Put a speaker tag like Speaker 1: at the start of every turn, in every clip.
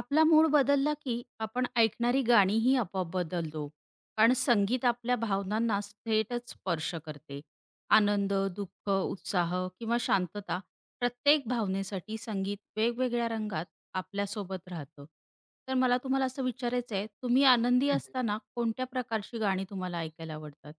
Speaker 1: आपला मूड बदलला की आपण ऐकणारी गाणीही आपोआप बदलतो. कारण संगीत आपल्या भावनांना थेटच स्पर्श करते. आनंद, दुःख, उत्साह किंवा शांतता, प्रत्येक भावनेसाठी संगीत वेगवेगळ्या रंगात आपल्यासोबत राहतं. तर मला तुम्हाला असं विचारायचं आहे, तुम्ही आनंदी
Speaker 2: हं, हं.
Speaker 1: असताना कोणत्या प्रकारची गाणी तुम्हाला ऐकायला आवडतात?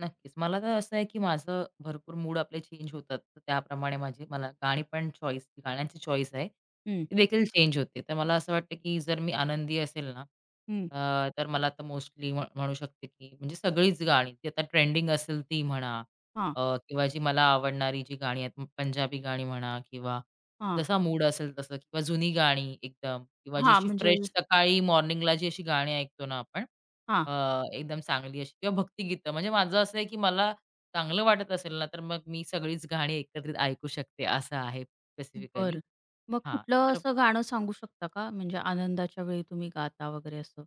Speaker 2: नक्कीच. मला तर असं आहे, की माझं भरपूर मूड आपले चेंज होतात. तर त्याप्रमाणे माझी मला गाणी पण चॉईस गाण्यांची चॉईस आहे.
Speaker 1: हं,
Speaker 2: ती देखील चेंज होते. तर मला असं वाटतं, की जर मी आनंदी असेल ना,
Speaker 1: हं.
Speaker 2: तर मला तर मोस्टली म्हणू शकते, की म्हणजे सगळीच गाणी ती आता ट्रेंडिंग असेल ती म्हणा,
Speaker 1: हां,
Speaker 2: अ, किंवा जी मला आवडणारी जी गाणी आहेत, पंजाबी गाणी म्हणा किंवा
Speaker 1: हां,
Speaker 2: जसा मूड असेल तसं किंवा जुनी गाणी एकदम किंवा जी
Speaker 1: हां.
Speaker 2: अशी
Speaker 1: म्हणजे
Speaker 2: फ्रेश सकाळी मॉर्निंगला जी अशी गाणी ऐकतो ना आपण,
Speaker 1: हां.
Speaker 2: एकदम चांगली अशी किंवा भक्तिगीतं म्हणजे माझं असं आहे, की मला चांगलं वाटत असेल ना, तर मग मी सगळीच गाणी एकत्रित ऐकू शकते असं आहे स्पेसिफिकली.
Speaker 1: बरं. मग
Speaker 2: हां,
Speaker 1: कुठलं
Speaker 2: तर
Speaker 1: असं गाणं सांगू शकता का, म्हणजे आनंदाच्या वेळी तुम्ही गाता वगैरे असं?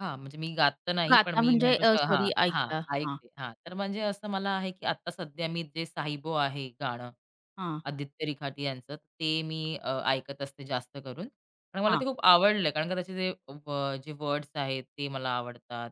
Speaker 2: हां, म्हणजे मी गात तर नाही, पण
Speaker 1: गाता
Speaker 2: मी
Speaker 1: म्हणजे
Speaker 2: म्हणतो हां,
Speaker 1: सॉरी,
Speaker 2: हां,
Speaker 1: ऐकता. हां,
Speaker 2: ऐकते. हां, तर म्हणजे असं मला आहे, की आता सध्या मी जे साहिबो आहे गाणं,
Speaker 1: हां,
Speaker 2: आदित्य रिखाटी यांचं, ते मी ऐकत असते जास्त करून. आणि मला
Speaker 1: हां.
Speaker 2: ते खूप आवडलं, कारण का त्याचे जे व जे वर्ड्स आहेत ते मला आवडतात.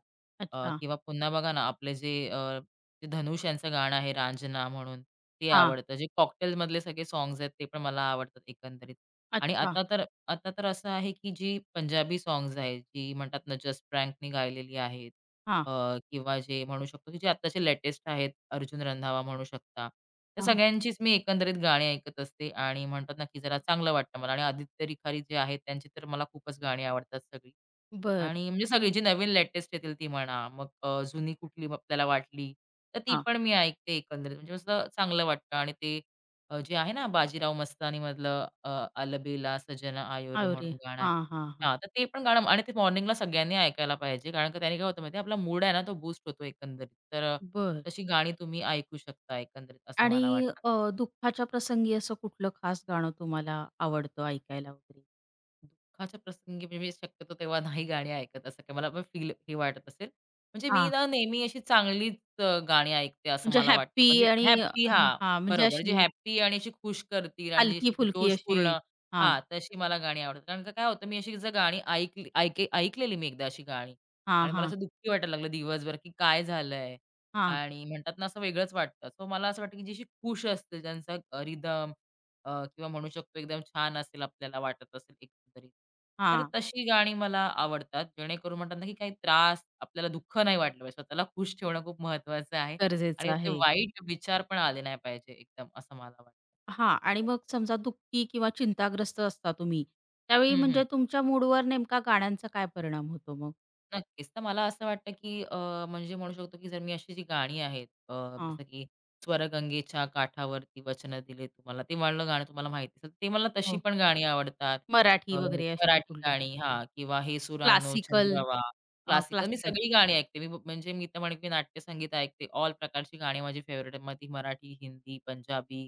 Speaker 1: अच्छा.
Speaker 2: किंवा पुन्हा बघा ना, आपले जे ते धनुष यांचं गाणं आहे रांझना म्हणून, ते
Speaker 1: हां.
Speaker 2: आवडतं. जे कॉकटेलमधले सगळे सॉन्ग्स आहेत, ते पण मला आवडतात एकंदरीत. आणि
Speaker 1: अच्छा.
Speaker 2: आता तर आता तर असं आहे, की जी पंजाबी सॉंग्स आहेत, जी म्हणतात ना जस फ्रँकनी गायलेली आहेत,
Speaker 1: हां,
Speaker 2: अ, किंवा जे म्हणू शकतो, की जे आत्ताचे लेटेस्ट आहेत, अर्जुन रंधावा म्हणू शकता. त्या
Speaker 1: हां.
Speaker 2: सगळ्यांचीच मी एकंदरीत गाणी ऐकत असते आणि म्हणतात ना, की जरा चांगलं वाटतं मला आणि आदित्य रिखारी जे आहेत, त्यांची तर मला खूपच गाणी आवडतात सगळी.
Speaker 1: बरं.
Speaker 2: आणि म्हणजे सगळी जी नवीन लेटेस्ट येतील ती म्हणा, मग जुनी कुठली आपल्याला वाटली, तर ती
Speaker 1: हां.
Speaker 2: पण मी ऐकते एकंदरीत. म्हणजे असं चांगलं वाटतं आणि ते जे आहे ना बाजीराव मस्तानीमधलं "अलबेला सजना आयोरे रे"
Speaker 1: अरे!
Speaker 2: म्हणून गाणं आहे.
Speaker 1: हां, हां, हां.
Speaker 2: हां, तर ते पण गाणं आणि ते मॉर्निंगला सगळ्यांनी ऐकायला पाहिजे. कारण का त्याने काय होतं माहिती आपला मूड आहे ना तो बूस्ट होतो एकंदरीत. तर
Speaker 1: बरं.
Speaker 2: तशी गाणी तुम्ही ऐकू शकता एकंदरीत असं
Speaker 1: आणि
Speaker 2: मला वाटतं.
Speaker 1: अ, दुःखाच्या प्रसंगी असं कुठलं खास गाणं तुम्हाला आवडतं ऐकायला वगैरे?
Speaker 2: दुःखाच्या प्रसंगी म्हणजे मी शक्यतो तेव्हा नाही गाणी ऐकत असं काही मला पण फील हे वाटत असेल. म्हणजे मी
Speaker 1: हां.
Speaker 2: ना नेहमी अशी चांगलीच गाणी ऐकते असं
Speaker 1: म्हणजे
Speaker 2: मला वाटतं.
Speaker 1: हॅपी
Speaker 2: म्हणजे
Speaker 1: आणि
Speaker 2: हॅपी हां,
Speaker 1: हां, म्हणजे
Speaker 2: बरोबर. जी
Speaker 1: अशी
Speaker 2: हॅपी आणि अशी खुश करतील आणि जी अशी
Speaker 1: हलकी-फुलकी अशी.
Speaker 2: जोशपूर्ण
Speaker 1: हां,
Speaker 2: हां, तशी मला गाणी आवडतात. कारण का काय होतं मी अशी जर गाणी ऐकली ऐकलेली मी एकदा अशी गाणी
Speaker 1: हां,
Speaker 2: आणि मला
Speaker 1: हां,
Speaker 2: असं दुःखी वाटायला लागलं दिवसभर, की काय झालंय?
Speaker 1: हां,
Speaker 2: आणि म्हणतात ना असं वेगळंच वाटतं. सो मला असं वाटतं, की जी अशी खुश असते ज्यांचा रिदम, किंवा म्हणू शकतो एकदम छान असेल आपल्याला वाटत असेल एकंदरीत. तर
Speaker 1: हां.
Speaker 2: तशी गाणी मला आवडतात. जेणेकरून म्हणतात ना, की काही त्रास आपल्याला दुःख नाही वाटलं पाहिजे. स्वतःला खुश ठेवणं खूप महत्वाचं आहे
Speaker 1: गरजेचं
Speaker 2: आणि ते
Speaker 1: आहे.
Speaker 2: वाईट विचार पण आले नाही पाहिजे एकदम असं मला वाटतं.
Speaker 1: हां. आणि
Speaker 2: एकंदरीत.
Speaker 1: मग समजा दुःखी किंवा चिंताग्रस्त असता तुम्ही, त्यावेळी
Speaker 2: हं, हं.
Speaker 1: म्हणजे तुमच्या मूडवर नेमका गाण्यांचा काय परिणाम होतो मग?
Speaker 2: नक्कीच. तर मला असं वाटतं, की म्हणजे म्हणू शकतो, की जर मी अशी जी गाणी आहेत,
Speaker 1: हां.
Speaker 2: जसं की स्वर्गगंगेच्या काठावरती वचनं दिले तुम्हाला, ते वालं गाणं तुम्हाला माहिती असेल, ते मला तशी
Speaker 1: हो.
Speaker 2: पण गाणी आवडतात.
Speaker 1: मराठी वगैरे अशी
Speaker 2: मराठी
Speaker 1: कुठली?
Speaker 2: गाणी हां, किंवा हे सुरांनो
Speaker 1: क्लासिकल.
Speaker 2: चंद्रवा, क्लासिकल मी
Speaker 1: क्लासिकल.
Speaker 2: सगळी गाणी ऐकते. म्हणजे मी तर म्हणेन, मी नाट्यसंगीत ऐकते. ऑल प्रकारची गाणी माझी फेव्हरेट आहेत. मग ती मराठी, हिंदी, पंजाबी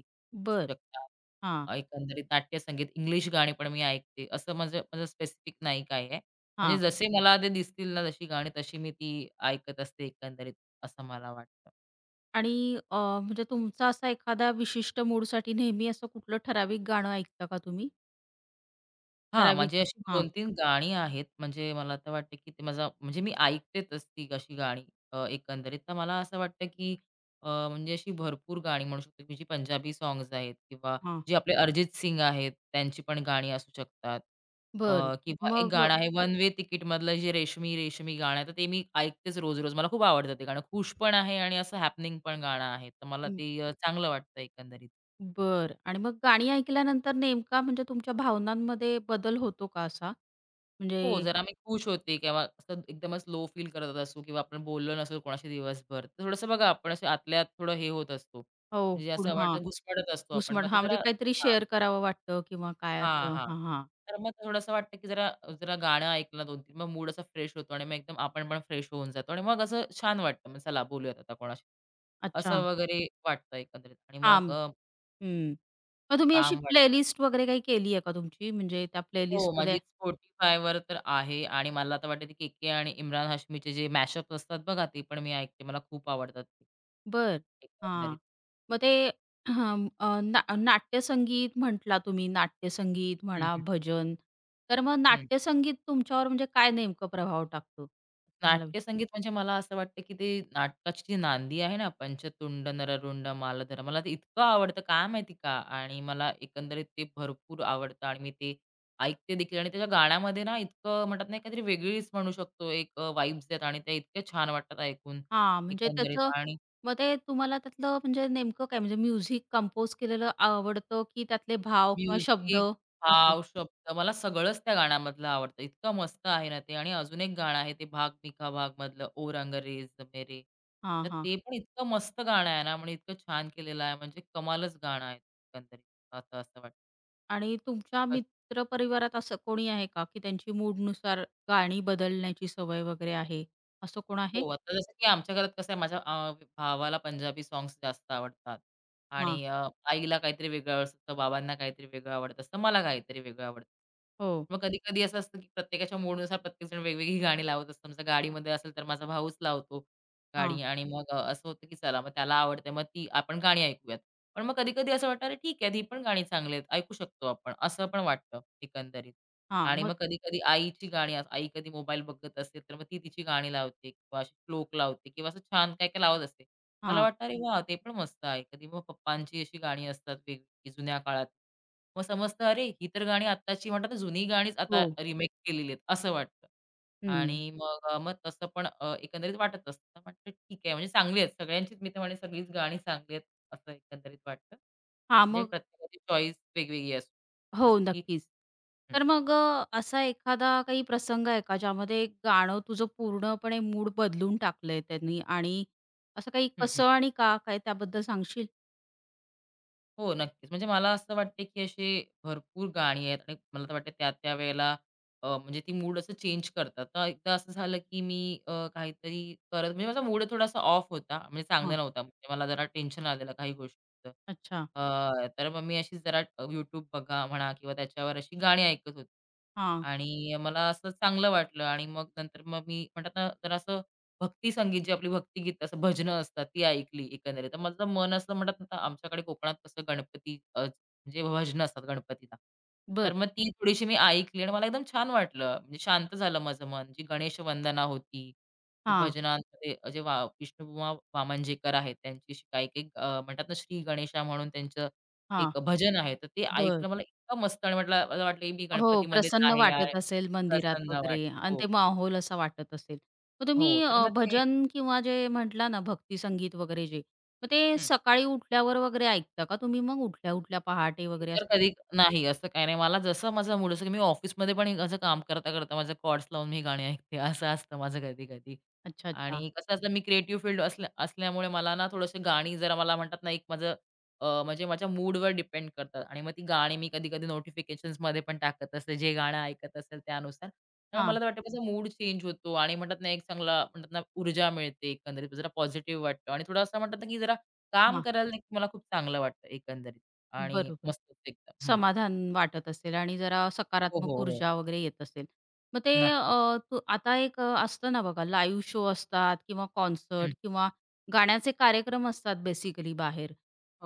Speaker 2: असू
Speaker 1: बरं.
Speaker 2: शकतात.
Speaker 1: हां,
Speaker 2: एकंदरीत नाट्यसंगीत, इंग्लिश गाणी पण मी ऐकते. असं माझं माझं स्पेसिफिक नाही काही आहे. म्हणजे
Speaker 1: हां.
Speaker 2: जसे मला ते दिसतील ना, जशी गाणी तशी मी ती ऐकत असते एकंदरीत, असं मला वाटतं.
Speaker 1: आणि अ, म्हणजे तुमचा असा एखादा विशिष्ट मूडसाठी नेहमी असं कुठलं ठराविक गाणं ऐकता का तुम्ही?
Speaker 2: हां,
Speaker 1: ठराविक
Speaker 2: म्हणजे अशी
Speaker 1: असतं. हां,
Speaker 2: 2-3 गाणी आहेत. म्हणजे मला तर वाटतं, की ते माझा म्हणजे मी ऐकतेच ती अशी गाणी, एकंदरीत. तर मला असं वाटतं, की म्हणजे अशी भरपूर गाणी म्हणू शकतो, की जी पंजाबी सॉन्ग्स आहेत किंवा
Speaker 1: हां.
Speaker 2: जे आपले अरिजित सिंग आहेत, त्यांची पण गाणी असू शकतात. अ,
Speaker 1: बरं.
Speaker 2: किंवा एक
Speaker 1: मग
Speaker 2: गाणं आहे वन वे तिकीटमधलं जे रेशमी, रेशमी गाणं आहे, तर ते मी ऐकतेच रोज-रोज. मला खूप आवडतं ते गाणं. खुश पण आहे आणि असं हॅपनिंग पण गाणं आहे. तर मला
Speaker 1: हं.
Speaker 2: ते चांगलं वाटतं एकंदरीत.
Speaker 1: आणि मग गाणी ऐकल्यानंतर नेमका म्हणजे तुमच्या भावनांमध्ये बदल होतो का असा?
Speaker 2: हो,
Speaker 1: म्हणजे
Speaker 2: जरा मी खुश होते किंवा असं एकदमच लो फील करत असू किंवा आपण बोललो नसू कोणाशी दिवसभर. तर थोडंसं बघा आपण असं आतल्या आत थोडं हे होत असतो.
Speaker 1: हो,
Speaker 2: म्हणजे असं
Speaker 1: पुढं
Speaker 2: हो. वाटतं घुसमटत असतो आपण.
Speaker 1: घुसमट.
Speaker 2: मग ते
Speaker 1: हां,
Speaker 2: जरा
Speaker 1: म्हणजे काहीतरी
Speaker 2: हां,
Speaker 1: शेअर करावं वाटतं किंवा काय
Speaker 2: हां,
Speaker 1: असं.
Speaker 2: हां.
Speaker 1: हां, हां.
Speaker 2: तर मग थोडंसं वाटतं की जरा जरा गाणं ऐकलं 2-3 मग मूड असा फ्रेश होतो आणि मग एकदम आपण पण फ्रेश होऊन जातो आणि मग असं छान वाटतं. मग चला बोलूयात आता कोणाशी.
Speaker 1: अच्छा.
Speaker 2: असं वगैरे वाटतं एकंदरीत आणि
Speaker 1: हां.
Speaker 2: मग
Speaker 1: हं. मग तुम्ही अशी
Speaker 2: काम वाटतं.
Speaker 1: प्लेलिस्ट वगैरे काही केली आहे का तुमची? म्हणजे त्या
Speaker 2: हो, माझी
Speaker 1: प्लेलिस्टमध्ये.
Speaker 2: Spotifyवर तर आहे आणि मला आता वाटतं, ते के-के आणि इम्रान हाशमीचे जे मॅशअप्स असतात बघा, ते पण मी ऐकते. मला खूप आवडतात ते.
Speaker 1: बरं.
Speaker 2: एकंदरीत.
Speaker 1: हां. मग ते हं, ना नाट्यसंगीत म्हटला तुम्ही, नाट्यसंगीत
Speaker 2: हं,
Speaker 1: म्हणा,
Speaker 2: हं,
Speaker 1: भजन. तर मग
Speaker 2: हं.
Speaker 1: नाट्यसंगीत तुमच्यावर म्हणजे काय नेमकं प्रभाव टाकतो? मला
Speaker 2: नाट्यसंगीत म्हणजे मला असं वाटतं, की ते नाटकाची जी नांदी आहे ना, पंचतुंड नररुंड मालधर, मला ते इतकं आवडतं, काय माहिती का? आणि मला एकंदरीत ते भरपूर आवडतं आणि मी ते ऐकते देखील आणि त्याच्या गाण्यामध्ये ना, इतकं म्हणतात ना, काहीतरी वेगळीच म्हणू शकतो, एक, वाइब्स आणि त्या इतक्या छान वाटतात ऐकून
Speaker 1: हां, म्हणजे
Speaker 2: एकंदरीत
Speaker 1: त्याचं.
Speaker 2: आणि
Speaker 1: मग ते तुम्हाला त्यातलं म्हणजे नेमकं काय म्हणजे म्युझिक कंपोज केलेलं आवडतं, की त्यातले भाव किंवा शब्द?
Speaker 2: म्युझिक,
Speaker 1: असे.
Speaker 2: भाव, शब्द मला सगळंच त्या गाण्यामधलं आवडतं. इतकं मस्त आहे ना ते आणि अजून एक गाणं आहे ते भाग मिखा भाग मधलं ओ रंग रेज मेरे.
Speaker 1: हां,
Speaker 2: तर
Speaker 1: हां.
Speaker 2: ते पण इतकं मस्त गाणं आहे ना, म्हणजे इतकं छान केलेलं आहे म्हणजे कमालच गाणं आहे एकंदरीत. आता असं वाटतं.
Speaker 1: आणि तुमच्या मित्रपरिवारात असं कोणी आहे का, की त्यांची मूडनुसार गाणी बदलण्याची सवय वगैरे आहे? असं कोण आहे?
Speaker 2: हो, आता जसं की आमच्या घरात कसं आहे माझ्या, भावाला पंजाबी सॉन्ग्स जास्त आवडतात
Speaker 1: हां.
Speaker 2: आणि आईला काहीतरी वेगळं आवडत असतं, तर बाबांना काहीतरी वेगळं आवडत असतं, मला काहीतरी वेगळं आवडतं.
Speaker 1: हो.
Speaker 2: मग कधी-कधी असं असतं की प्रत्येकाच्या मूडनुसार प्रत्येकजण वेगवेगळी गाणी लावत असतं. समजा गाडीमध्ये असेल तर माझा भाऊच लावतो
Speaker 1: हां,
Speaker 2: गाणी आणि मग असं होतं की चला मग त्याला आवडते मग ती आपण गाणी ऐकूयात. पण मग कधी-कधी असं वाटतं, "अरे ठीक आहे, ती पण गाणी चांगली आहेत, ऐकू शकतो आपण." असं पण वाटतं एकंदरीत.
Speaker 1: हां.
Speaker 2: आणि
Speaker 1: मग
Speaker 2: मग कधी-कधी आई कधी मोबाईल बघत असेल, तर मग ती तिची गाणी लावते किंवा अशी श्लोक लावते किंवा असं छान काय-काय लावत असते. मला
Speaker 1: हां.
Speaker 2: वाटतं, "अरे वाह! ते पण मस्त आहे." कधी मग पप्पांची अशी गाणी असतात वेगळी जुन्या काळात. मग समजतं, "अरे, ही तर गाणी आत्ताची म्हणतात ना, जुनी गाणीच
Speaker 1: हो.
Speaker 2: आता रिमेक केलेली आहेत," असं वाटतं.
Speaker 1: हं.
Speaker 2: आणि मग मग तसं पण एकंदरीत वाटत असतं. म्हटलं, "ठीक आहे." म्हणजे चांगली आहेत सगळ्यांचीच मी तर म्हणेन सगळीच गाणी चांगली आहेत, असं एकंदरीत वाटतं.
Speaker 1: हां,
Speaker 2: म्हणजे
Speaker 1: मग
Speaker 2: प्रत्येकाची चॉईस वेगवेगळी असते. जसं
Speaker 1: हो,
Speaker 2: की
Speaker 1: नक्कीच.
Speaker 2: हं,
Speaker 1: तर मग असा एखादा काही प्रसंग आहे का, ज्यामध्ये गाणं तुझं पूर्णपणे मूड बदलून टाकलंय त्यांनी आणि असं काही
Speaker 2: हं.
Speaker 1: कसं आणि का? काय त्याबद्दल सांगशील?
Speaker 2: हो, नक्कीच. म्हणजे मला असं वाटते, की अशी भरपूर गाणी आहेत आणि मला तर वाटतं त्या त्या वेळेला, म्हणजे ती मूड असं चेंज करतात. तर एकदा असं झालं, की मी, काहीतरी करत म्हणजे माझा मूड थोडासा ऑफ होता, म्हणजे चांगला
Speaker 1: हां,
Speaker 2: नव्हता. म्हणजे मला जरा टेन्शन आलेलं काही गोष्टीचं.
Speaker 1: अच्छा.
Speaker 2: तर मग मी अशी जरा YouTube बघा म्हणा किंवा त्याच्यावर अशी गाणी ऐकत होते
Speaker 1: हां,
Speaker 2: आणि मला असं चांगलं वाटलं आणि मग नंतर मग मी म्हणतात ना, जरासं भक्ती संगीत जी आपली भक्तिगीत असं भजनं असतात ती ऐकली एकंदरीत. तर माझं मन असं म्हणतात ना आमच्याकडे कोकणात कसं गणपती, म्हणजे भजनं असतात गणपतीला.
Speaker 1: बरं.
Speaker 2: तर मग ती थोडीशी मी ऐकली आणि मला एकदम छान वाटलं. म्हणजे शांत झालं माझं मन. जी गणेश वंदना होती, जी
Speaker 1: हां,
Speaker 2: भजनांमध्ये जे वा विष्णुबुवा वामनजेकर आहेत त्यांची अशी काही-काही, म्हणतात ना श्री गणेशा म्हणून त्यांचं
Speaker 1: हां,
Speaker 2: एक भजन आहे. तर ते
Speaker 1: बरं.
Speaker 2: ऐकलं मला इतकं मस्त आणि म्हटलं मला वाटलं, मी
Speaker 1: हो,
Speaker 2: गणपतीमध्येच
Speaker 1: प्रसन्न
Speaker 2: आहे यार.
Speaker 1: वाटत असेल मंदिरात
Speaker 2: प्रसन्न वाटलं.
Speaker 1: वगैरे आणि
Speaker 2: हो,
Speaker 1: ते माहोल असा वाटत असेल. मग तुम्ही
Speaker 2: हो. तर मग ते
Speaker 1: भजन किंवा जे म्हटला ना, भक्ती संगीत वगैरे जे, मग ते
Speaker 2: हं.
Speaker 1: सकाळी उठल्यावर वगैरे ऐकता का तुम्ही, मग उठल्या-उठल्या पहाटे
Speaker 2: मी
Speaker 1: वगैरे
Speaker 2: तर
Speaker 1: असं? काही?
Speaker 2: कधी नाही असं काही नाही. मला जसं माझा मूड असतो, की मी ऑफिसमध्ये पण असं काम करता, करता माझं कॉर्ड्स लावून मी गाणी ऐकते असं असतं माझं कधी-कधी.
Speaker 1: अच्छा, अच्छा.
Speaker 2: आणि कसं असतं मी क्रिएटिव्ह फील्ड असल्यामुळे मला ना थोडंसं गाणी जरा मला म्हणतात ना एक माझं, म्हणजे माझ्या मूडवर डिपेंड करतात आणि मग ती गाणी मी कधी-कधी नोटिफिकेशन्समध्ये पण टाकत असते, जे गाणं ऐकत असेल त्यानुसार. तर
Speaker 1: हां,
Speaker 2: मला तर वाटतं माझा मूड चेंज होतो आणि म्हणतात ना एक चांगला म्हणतात ना ऊर्जा मिळते एकंदरीत. जरा पॉझिटिव्ह वाटतं आणि थोडं असं म्हणतात ना, की जरा काम करायला देखील मला खूप चांगलं वाटतं एकंदरीत. आणि
Speaker 1: बरोबर.
Speaker 2: मस्तच एकदम. हं.
Speaker 1: समाधान वाटत असेल आणि जरा
Speaker 2: हो,
Speaker 1: सकारात्मक
Speaker 2: हो, हो.
Speaker 1: ऊर्जा वगैरे येत असेल. मग ते
Speaker 2: नक्कीच.
Speaker 1: तू आता एक असतं ना बघा, लाईव्ह शो असतात किंवा
Speaker 2: हं.
Speaker 1: कॉन्सर्ट किंवा गाण्याचे कार्यक्रम असतात बेसिकली बाहेर.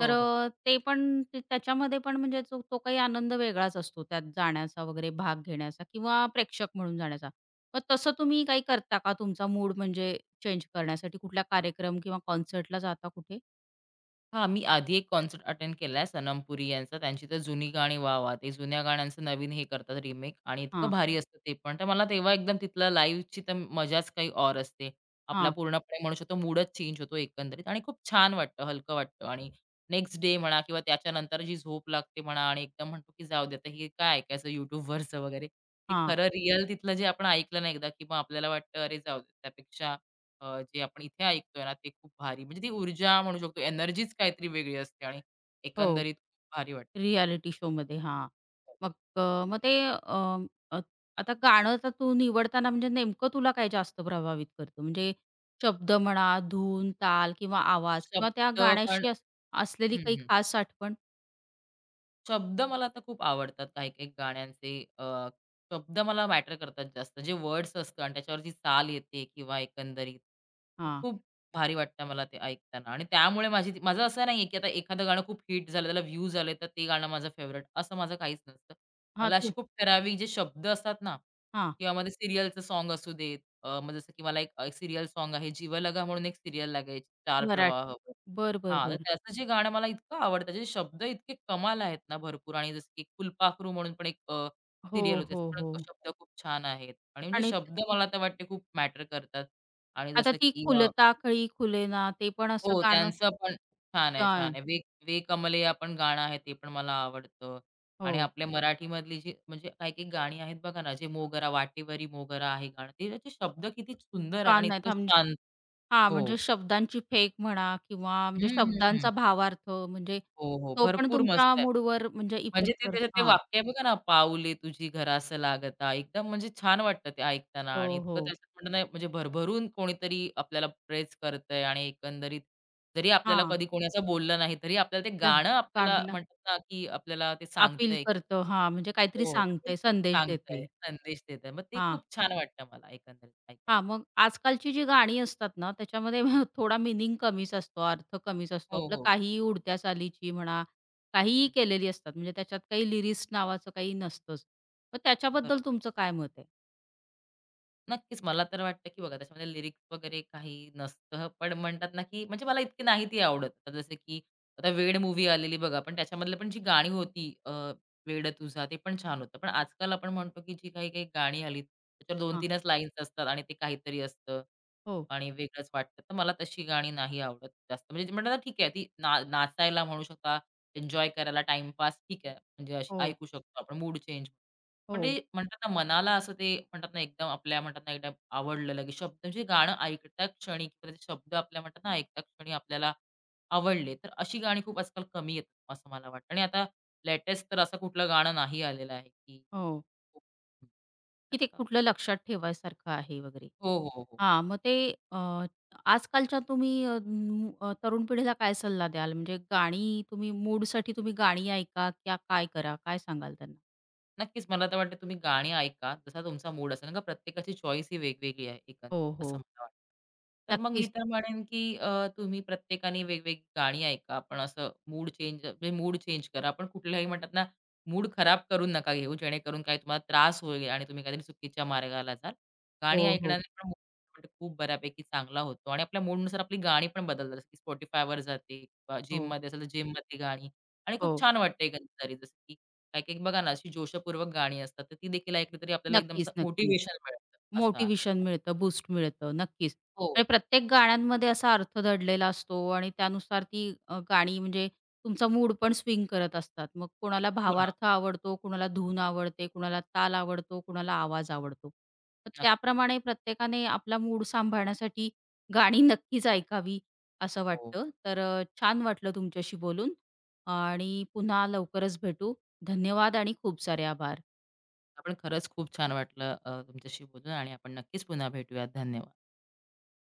Speaker 1: तर
Speaker 2: हो.
Speaker 1: ते पण ते त्याच्यामध्ये पण म्हणजे तो तो काही आनंद वेगळाच असतो, त्यात जाण्याचा वगैरे, भाग घेण्याचा किंवा प्रेक्षक म्हणून जाण्याचा. मग तसं तुम्ही काही करता का, तुमचा मूड म्हणजे चेंज करण्यासाठी कुठला कार्यक्रम किंवा कॉन्सर्टला जाता कुठे?
Speaker 2: हां, मी आधी एक कॉन्सर्ट अटेंड केलाय सनम पुरी यांचा. त्यांची तर जुनी गाणी वाह, वाह! ते जुन्या गाण्यांचं नवीन हे करतात रिमेक आणि इतकं
Speaker 1: हां,
Speaker 2: भारी असतं ते पण. तर मला तेव्हा एकदम तिथलं लाईव्हची तर मजाच काही और असते. आपला
Speaker 1: हां,
Speaker 2: पूर्णपणे म्हणू शकतो मूडच चेंज होतो एकंदरीत आणि खूप छान वाटतं, हलकं वाटतं आणि नेक्स्ट डे म्हणा किंवा त्याच्यानंतर जी झोप लागते म्हणा आणि एकदम म्हणतो की जाऊ दे आता हे काय ऐकायचं YouTubeवरचं वगैरे. ते
Speaker 1: हां.
Speaker 2: खरं रिअल तिथलं जे आपण ऐकलं ना एकदा, की मग आपल्याला वाटतं अरे जाऊ दे त्यापेक्षा, जे आपण इथे ऐकतोय ना, ते खूप भारी म्हणजे ती ऊर्जा म्हणू शकतो, एनर्जीच काहीतरी वेगळी असते आणि
Speaker 1: हो.
Speaker 2: एकंदरीत खूप भारी वाटतं.
Speaker 1: रियालिटी शोमध्ये. हां. मग मग ते अ, आता गाणं तर तू निवडताना म्हणजे नेमकं तुला काय जास्त प्रभावित करतं? म्हणजे शब्द म्हणा, धून, ताल किंवा आवाज किंवा त्या
Speaker 2: शब्द पण
Speaker 1: गाण्याशी असलेली
Speaker 2: हं,
Speaker 1: काही
Speaker 2: हं.
Speaker 1: खास आठवण?
Speaker 2: शब्द मला तर खूप आवडतात काही-काही गाण्यांचे. शब्द मला मॅटर करतात जास्त. जे वर्ड्स असतं आणि त्याच्यावर जी चाल येते किंवा एकंदरीत
Speaker 1: हां.
Speaker 2: खूप भारी वाटतं मला ते ऐकताना आणि त्यामुळे माझी ती माझं असं नाहीये, की आता एखादं गाणं खूप हिट झालं, त्याला व्ह्यूज आले, तर ते गाणं माझं फेव्हरेट असं माझं काहीच नसतं.
Speaker 1: हां,
Speaker 2: मला असे
Speaker 1: तू
Speaker 2: खूप ठराविक जे शब्द असतात ना
Speaker 1: हां.
Speaker 2: किंवा मग ते सॉन्ग असू देत. मग जसं की मला एक, सीरियल सॉन्ग आहे. जीवलगा म्हणून एक सीरियल लागायची, 4
Speaker 1: मराठ
Speaker 2: प्रवाह.
Speaker 1: बर, बर,
Speaker 2: हां, तर
Speaker 1: बरं.
Speaker 2: त्याचं जे गाणं मला इतकं आवडतं, त्याचे शब्द इतके कमाल आहेत ना भरपूर आणि जसं की फुलपाखरू म्हणून पण एक,
Speaker 1: हो,
Speaker 2: सीरियल होती.
Speaker 1: हो,
Speaker 2: त्याचे
Speaker 1: हो.
Speaker 2: पण शब्द खूप छान आहेत आणि म्हणजे
Speaker 1: आणि
Speaker 2: शब्द मला तर वाटते खूप मॅटर करतात आणि
Speaker 1: आता
Speaker 2: जसं
Speaker 1: ती
Speaker 2: की
Speaker 1: खुलता कळी खुलेना, ते पण असं
Speaker 2: हो,
Speaker 1: गाणं
Speaker 2: त्यांचं पण छान आहे, छान
Speaker 1: छान.
Speaker 2: आहे. वे वे कमलया पण गाणं आहे, ते पण मला आवडतं आणि
Speaker 1: हो.
Speaker 2: आपल्या मराठीमधली जी म्हणजे काही-काही गाणी आहेत बघा ना, जे मोगरा वाटेवरी मोगरा आहे गाणं, ते त्याचे शब्द किती सुंदर आहेत
Speaker 1: छान,
Speaker 2: आणि
Speaker 1: नाही
Speaker 2: इतकं
Speaker 1: थांब.
Speaker 2: शांत
Speaker 1: हां, म्हणजे
Speaker 2: हो.
Speaker 1: शब्दांची फेक म्हणा किंवा
Speaker 2: हं,
Speaker 1: म्हणजे
Speaker 2: हं, हं.
Speaker 1: शब्दांचा भावार्थ म्हणजे
Speaker 2: हो, हो.
Speaker 1: तो पण
Speaker 2: भरपूर
Speaker 1: तुमच्या
Speaker 2: मस्त आहे.
Speaker 1: मूडवर म्हणजे
Speaker 2: म्हणजे
Speaker 1: इफेक्ट
Speaker 2: ते
Speaker 1: कर.
Speaker 2: त्याच्यात ते
Speaker 1: हां.
Speaker 2: वाक्य आहे बघा ना, "पाऊले तुझी घरास लागता." एकदम म्हणजे छान वाटतं ते ऐकताना
Speaker 1: हो,
Speaker 2: आणि इतकं
Speaker 1: हो.
Speaker 2: त्याच्यात म्हणणं नाही म्हणजे भरभरून कोणीतरी आपल्याला प्रेज करतंय आणि एकंदरीत जरी आपल्याला
Speaker 1: हां.
Speaker 2: कधी कोणी असं बोललं नाही, तरी आपल्याला ते
Speaker 1: प्लस
Speaker 2: गाणं आपल्याला
Speaker 1: काढला
Speaker 2: म्हणतात ना, की आपल्याला ते
Speaker 1: अपील
Speaker 2: सांगतंय
Speaker 1: करतं हां, म्हणजे काहीतरी
Speaker 2: हो, तर ते
Speaker 1: सांगते, संदेश
Speaker 2: सांगतंय,
Speaker 1: देते.
Speaker 2: संदेश देतंय. मग ते
Speaker 1: हा,
Speaker 2: खूप छान वाटतं मला एकंदरीत ऐकायला.
Speaker 1: हां. मग आजकालची जी गाणी असतात ना, त्याच्यामध्ये थोडा मीनिंग कमीच असतो, अर्थ कमीच असतो.
Speaker 2: हो,
Speaker 1: आपलं
Speaker 2: हो.
Speaker 1: काहीही उडत्या चालीची म्हणा, काहीही
Speaker 2: हं.
Speaker 1: केलेली असतात. म्हणजे त्याच्यात काही लिरिक्स नावाचं काही नसतंच. मग त्याच्याबद्दल
Speaker 2: बरोबर.
Speaker 1: तुमचं काय मत आहे?
Speaker 2: नक्कीच. मला तर वाटतं, की बघा त्याच्यामध्ये लिरिक्स वगैरे काही नसतं. पण म्हणतात ना, की म्हणजे मला इतकी नाही ती आवडत. आता जसं की आता वेड मूव्ही आलेली बघा, पण त्याच्यामधलं पण जी गाणी होती, वेड तुझा ते पण छान होतं. पण आजकाल आपण म्हणतो, की जी काही-काही गाणी आलीत, त्याच्यावर
Speaker 1: हां.
Speaker 2: 2-3च लाईन्स असतात आणि ते काहीतरी असतं
Speaker 1: हो,
Speaker 2: आणि वेगळंच वाटतं. तर मला तशी गाणी नाही आवडत जास्त. म्हणजे म्हणतात ना, ठीक आहे ती ना नाचायला म्हणू शकता, एन्जॉय करायला, टाईमपास ठीक आहे. म्हणजे अशी
Speaker 1: हो,
Speaker 2: ऐकू शकतो आपण मूड चेंज पण ते
Speaker 1: हो,
Speaker 2: म्हणतात ना, मनाला असं ते म्हणतात ना, एकदम आपल्या म्हणतात ना, एकदम आवडलं लगेच शब्द म्हणजे गाणं ऐकता क्षणी किंवा त्याचे शब्द आपल्या म्हणतात ना, ऐकता क्षणी आपल्याला आवडले. तर अशी गाणी खूप आजकाल कमी येतात, असं मला वाटतं. आणि आता लेटेस्ट तर असं कुठलं गाणं नाही आलेलं आहे, की
Speaker 1: हो.
Speaker 2: हो.
Speaker 1: की ते कुठलं लक्षात ठेवायसारखं आहे वगैरे.
Speaker 2: हो, हो, हो.
Speaker 1: हां, मग ते अ, आजकालच्या तुम्ही तरुण पिढीला काय सल्ला द्याल? म्हणजे गाणी तुम्ही मूडसाठी तुम्ही गाणी ऐका, क्या काय करा? काय सांगाल त्यांना?
Speaker 2: नक्कीच. मला तर वाटतं तुम्ही गाणी ऐका, जसा तुमचा मूड असेल. कारण का प्रत्येकाची चॉईस ही वेगवेगळी आहे एकंदरीत
Speaker 1: हो,
Speaker 2: असं
Speaker 1: हो.
Speaker 2: मला वाटतं. तर मग मी
Speaker 1: नक्कीच.
Speaker 2: तर म्हणेन, की तुम्ही प्रत्येकाने वेगवेगळी गाणी ऐका. आपण असं मूड चेंज म्हणजे मूड चेंज करा. पण कुठल्याही म्हणतात ना, मूड खराब करून नका घेऊ, जेणेकरून काही तुम्हाला त्रास होईल आणि तुम्ही काहीतरी चुकीच्या मार्गाला जाल. गाणी
Speaker 1: हो, हो.
Speaker 2: ऐकण्याने पण मूड म्हणजे खूप बऱ्यापैकी चांगला होतो आणि आपल्या मूडनुसार आपली गाणी पण बदलतात. जसं की Spotifyवर जाते किंवा
Speaker 1: हो,
Speaker 2: जिममध्ये असेल तर जिममधली गाणी आणि खूप
Speaker 1: हो.
Speaker 2: छान वाटते एकंदरीत. जसं की काही-काही बघा ना, अशी जोशपूर्वक गाणी असतात, तर ती देखील ऐकली तरी आपल्याला एकदम असं
Speaker 1: नक्कीच, नक्कीच.
Speaker 2: मिळतं, असं आहे.
Speaker 1: मोटिव्हेशन मिळतं, बूस्ट मिळतं. नक्कीच.
Speaker 2: हो,
Speaker 1: आणि प्रत्येक गाण्यांमध्ये असा अर्थ दडलेला असतो आणि त्यानुसार ती गाणी म्हणजे तुमचा मूड पण स्विंग करत असतात. मग कोणाला
Speaker 2: हो ना.
Speaker 1: भावार्थ आवडतो, कोणाला धून आवडते, कोणाला ताल आवडतो, कोणाला आवाज आवडतो. तर
Speaker 2: नक्की.
Speaker 1: त्याप्रमाणे प्रत्येकाने आपला मूड सांभाळण्यासाठी गाणी नक्कीच ऐकावी असं
Speaker 2: हो.
Speaker 1: वाटतं. तर छान वाटलं तुमच्याशी बोलून आणि पुन्हा लवकरच भेटू. धन्यवाद आणि खूप सारे आभार.
Speaker 2: आपण खरंच खूप छान वाटलं तुमच्याशी बोलून आणि आपण नक्कीच पुन्हा भेटूयात. धन्यवाद.